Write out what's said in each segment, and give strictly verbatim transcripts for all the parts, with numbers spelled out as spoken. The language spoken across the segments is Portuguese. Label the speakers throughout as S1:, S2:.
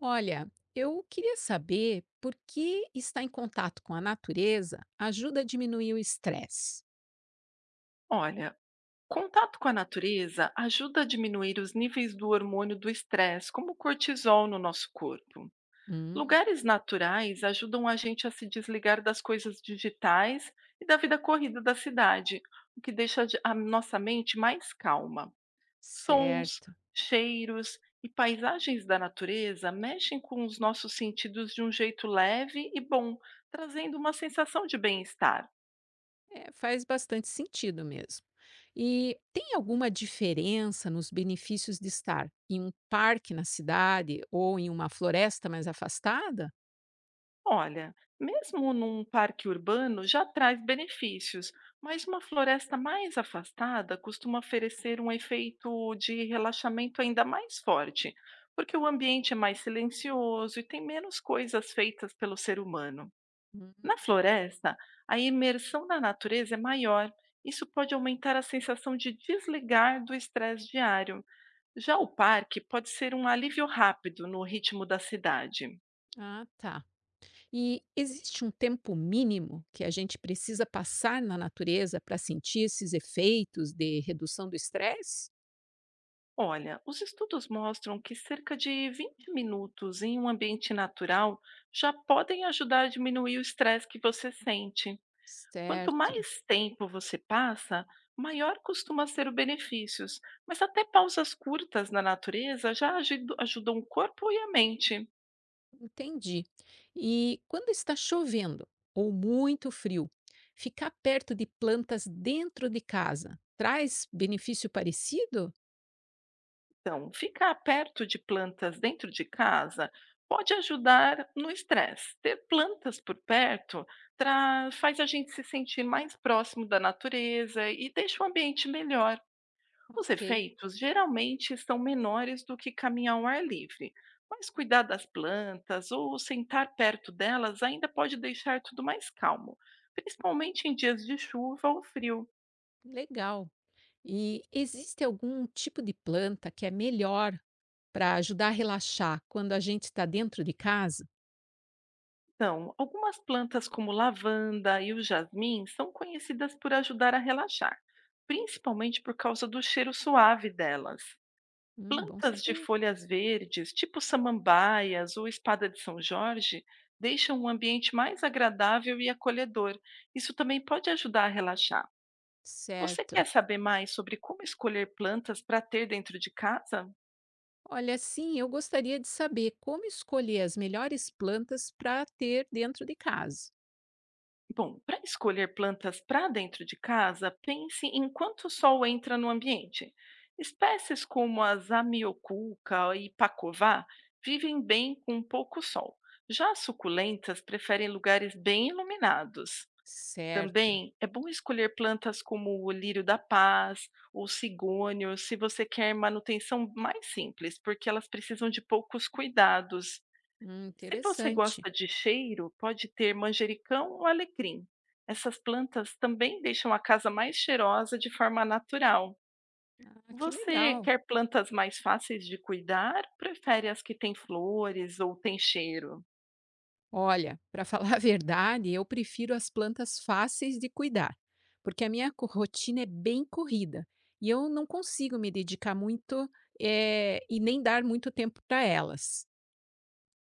S1: Olha, eu queria saber por que estar em contato com a natureza ajuda a diminuir o estresse.
S2: Olha, contato com a natureza ajuda a diminuir os níveis do hormônio do estresse, como o cortisol no nosso corpo.
S1: Hum,
S2: Lugares naturais ajudam a gente a se desligar das coisas digitais e da vida corrida da cidade, o que deixa de- a nossa mente mais calma. Sons,
S1: Certo.
S2: cheiros e paisagens da natureza mexem com os nossos sentidos de um jeito leve e bom, trazendo uma sensação de bem-estar.
S1: É, faz bastante sentido mesmo. E tem alguma diferença nos benefícios de estar em um parque na cidade ou em uma floresta mais afastada?
S2: Olha, mesmo num parque urbano já traz benefícios, mas uma floresta mais afastada costuma oferecer um efeito de relaxamento ainda mais forte, porque o ambiente é mais silencioso e tem menos coisas feitas pelo ser humano.
S1: Hum,
S2: Na floresta, a imersão na natureza é maior. Isso pode aumentar a sensação de desligar do estresse diário. Já o parque pode ser um alívio rápido no ritmo da cidade.
S1: ah, tá. E existe um tempo mínimo que a gente precisa passar na natureza para sentir esses efeitos de redução do estresse?
S2: Olha, os estudos mostram que cerca de 20 minutos em um ambiente natural já podem ajudar a diminuir o estresse que você sente. Quanto
S1: Certo.
S2: mais tempo você passa, maior costuma ser o benefícios, mas até pausas curtas na natureza já aju- ajudam o corpo e a mente.
S1: Entendi. E quando está chovendo ou muito frio, ficar perto de plantas dentro de casa traz benefício parecido?
S2: Então, ficar perto de plantas dentro de casa pode ajudar no estresse. Ter plantas por perto traz, faz a gente se sentir mais próximo da natureza e deixa o ambiente melhor. Os
S1: Ok,
S2: efeitos geralmente são menores do que caminhar ao ar livre, mas cuidar das plantas ou sentar perto delas ainda pode deixar tudo mais calmo, principalmente em dias de chuva ou frio.
S1: legal. E existe algum tipo de planta que é melhor para ajudar a relaxar quando a gente está dentro de casa?
S2: Então, algumas plantas como lavanda e o jasmim são conhecidas por ajudar a relaxar, principalmente por causa do cheiro suave delas.
S1: Hum, bom
S2: Plantas de
S1: saber.
S2: folhas verdes, tipo samambaias ou espada de São Jorge, deixam um ambiente mais agradável e acolhedor. Isso também pode ajudar a relaxar. Você quer
S1: Certo.
S2: saber mais sobre como escolher plantas para ter dentro de casa?
S1: Olha, sim, eu gostaria de saber como escolher as melhores plantas para ter dentro de casa.
S2: Bom, para escolher plantas para dentro de casa, pense em quanto o sol entra no ambiente. Espécies como a zamioculca e pacová vivem bem com pouco sol. Já as suculentas preferem lugares bem iluminados.
S1: Certo.
S2: Também é bom escolher plantas como o lírio da paz ou cigônio, se você quer manutenção mais simples, porque elas precisam de poucos cuidados.
S1: Hum,
S2: Se você
S1: interessante.
S2: gosta de cheiro, pode ter manjericão ou alecrim. Essas plantas também deixam a casa mais cheirosa de forma natural.
S1: Ah, que
S2: Você
S1: legal!
S2: quer plantas mais fáceis de cuidar? Prefere as que têm flores ou têm cheiro?
S1: Olha, para falar a verdade, eu prefiro as plantas fáceis de cuidar, porque a minha co- rotina é bem corrida e eu não consigo me dedicar muito eh, e nem dar muito tempo para elas.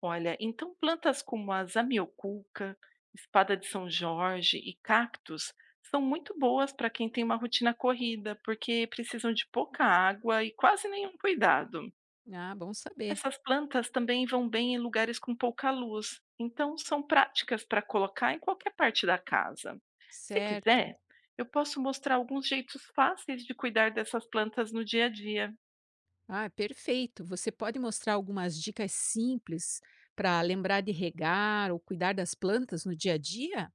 S2: Olha, então plantas como a zamioculca, espada de São Jorge e cactos são muito boas para quem tem uma rotina corrida, porque precisam de pouca água e quase nenhum cuidado.
S1: Ah, bom saber.
S2: Essas plantas também vão bem em lugares com pouca luz, então são práticas para colocar em qualquer parte da casa. Se
S1: Certo.
S2: quiser, eu posso mostrar alguns jeitos fáceis de cuidar dessas plantas no dia a dia.
S1: Ah, perfeito. Você pode mostrar algumas dicas simples para lembrar de regar ou cuidar das plantas no dia a dia?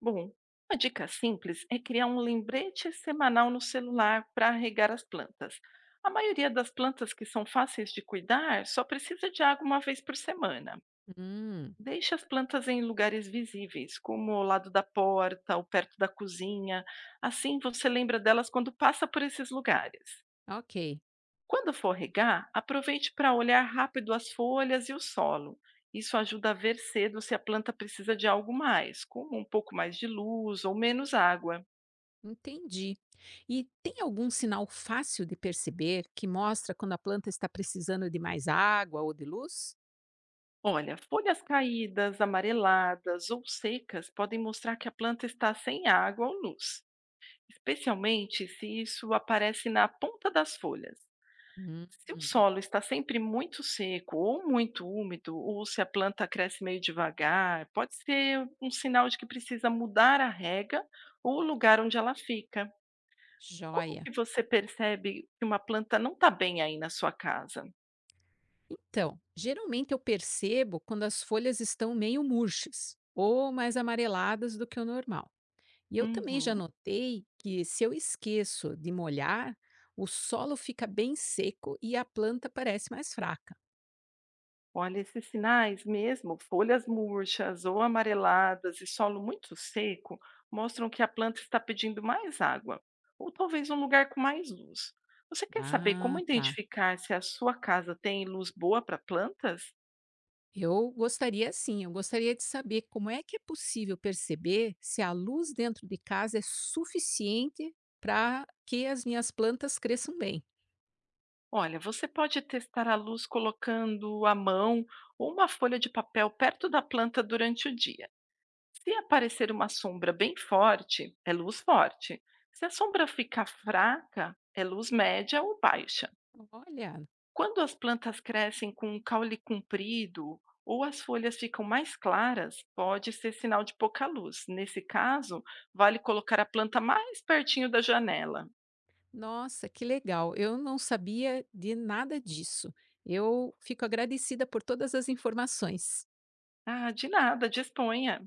S2: Bom, uma dica simples é criar um lembrete semanal no celular para regar as plantas. A maioria das plantas que são fáceis de cuidar só precisa de água uma vez por semana.
S1: Hum,
S2: Deixe as plantas em lugares visíveis, como ao lado da porta ou perto da cozinha. Assim você lembra delas quando passa por esses lugares.
S1: ok.
S2: Quando for regar, aproveite para olhar rápido as folhas e o solo. Isso ajuda a ver cedo se a planta precisa de algo mais, como um pouco mais de luz ou menos água.
S1: Entendi. E tem algum sinal fácil de perceber que mostra quando a planta está precisando de mais água ou de luz?
S2: Olha, folhas caídas, amareladas ou secas podem mostrar que a planta está sem água ou luz, especialmente se isso aparece na ponta das folhas.
S1: Hum,
S2: Se o solo está sempre muito seco ou muito úmido, ou se a planta cresce meio devagar, pode ser um sinal de que precisa mudar a rega ou o lugar onde ela fica. Como
S1: Joia.
S2: que você percebe que uma planta não está bem aí na sua casa?
S1: Então, geralmente eu percebo quando as folhas estão meio murchas ou mais amareladas do que o normal. E eu também já
S2: Uhum.
S1: notei que se eu esqueço de molhar, o solo fica bem seco e a planta parece mais fraca.
S2: Olha, esses sinais mesmo, folhas murchas ou amareladas e solo muito seco, mostram que a planta está pedindo mais água, ou talvez um lugar com mais luz. Você quer saber como
S1: Ah, tá.
S2: identificar se a sua casa tem luz boa para plantas?
S1: Eu gostaria sim, eu gostaria de saber como é que é possível perceber se a luz dentro de casa é suficiente para que as minhas plantas cresçam bem.
S2: Olha, você pode testar a luz colocando a mão ou uma folha de papel perto da planta durante o dia. Se aparecer uma sombra bem forte, é luz forte. Se a sombra ficar fraca, é luz média ou baixa.
S1: Olha,
S2: Quando as plantas crescem com um caule comprido ou as folhas ficam mais claras, pode ser sinal de pouca luz. Nesse caso, vale colocar a planta mais pertinho da janela.
S1: nossa, que legal! Eu não sabia de nada disso. Eu fico agradecida por todas as informações.
S2: Ah, de nada, disponha.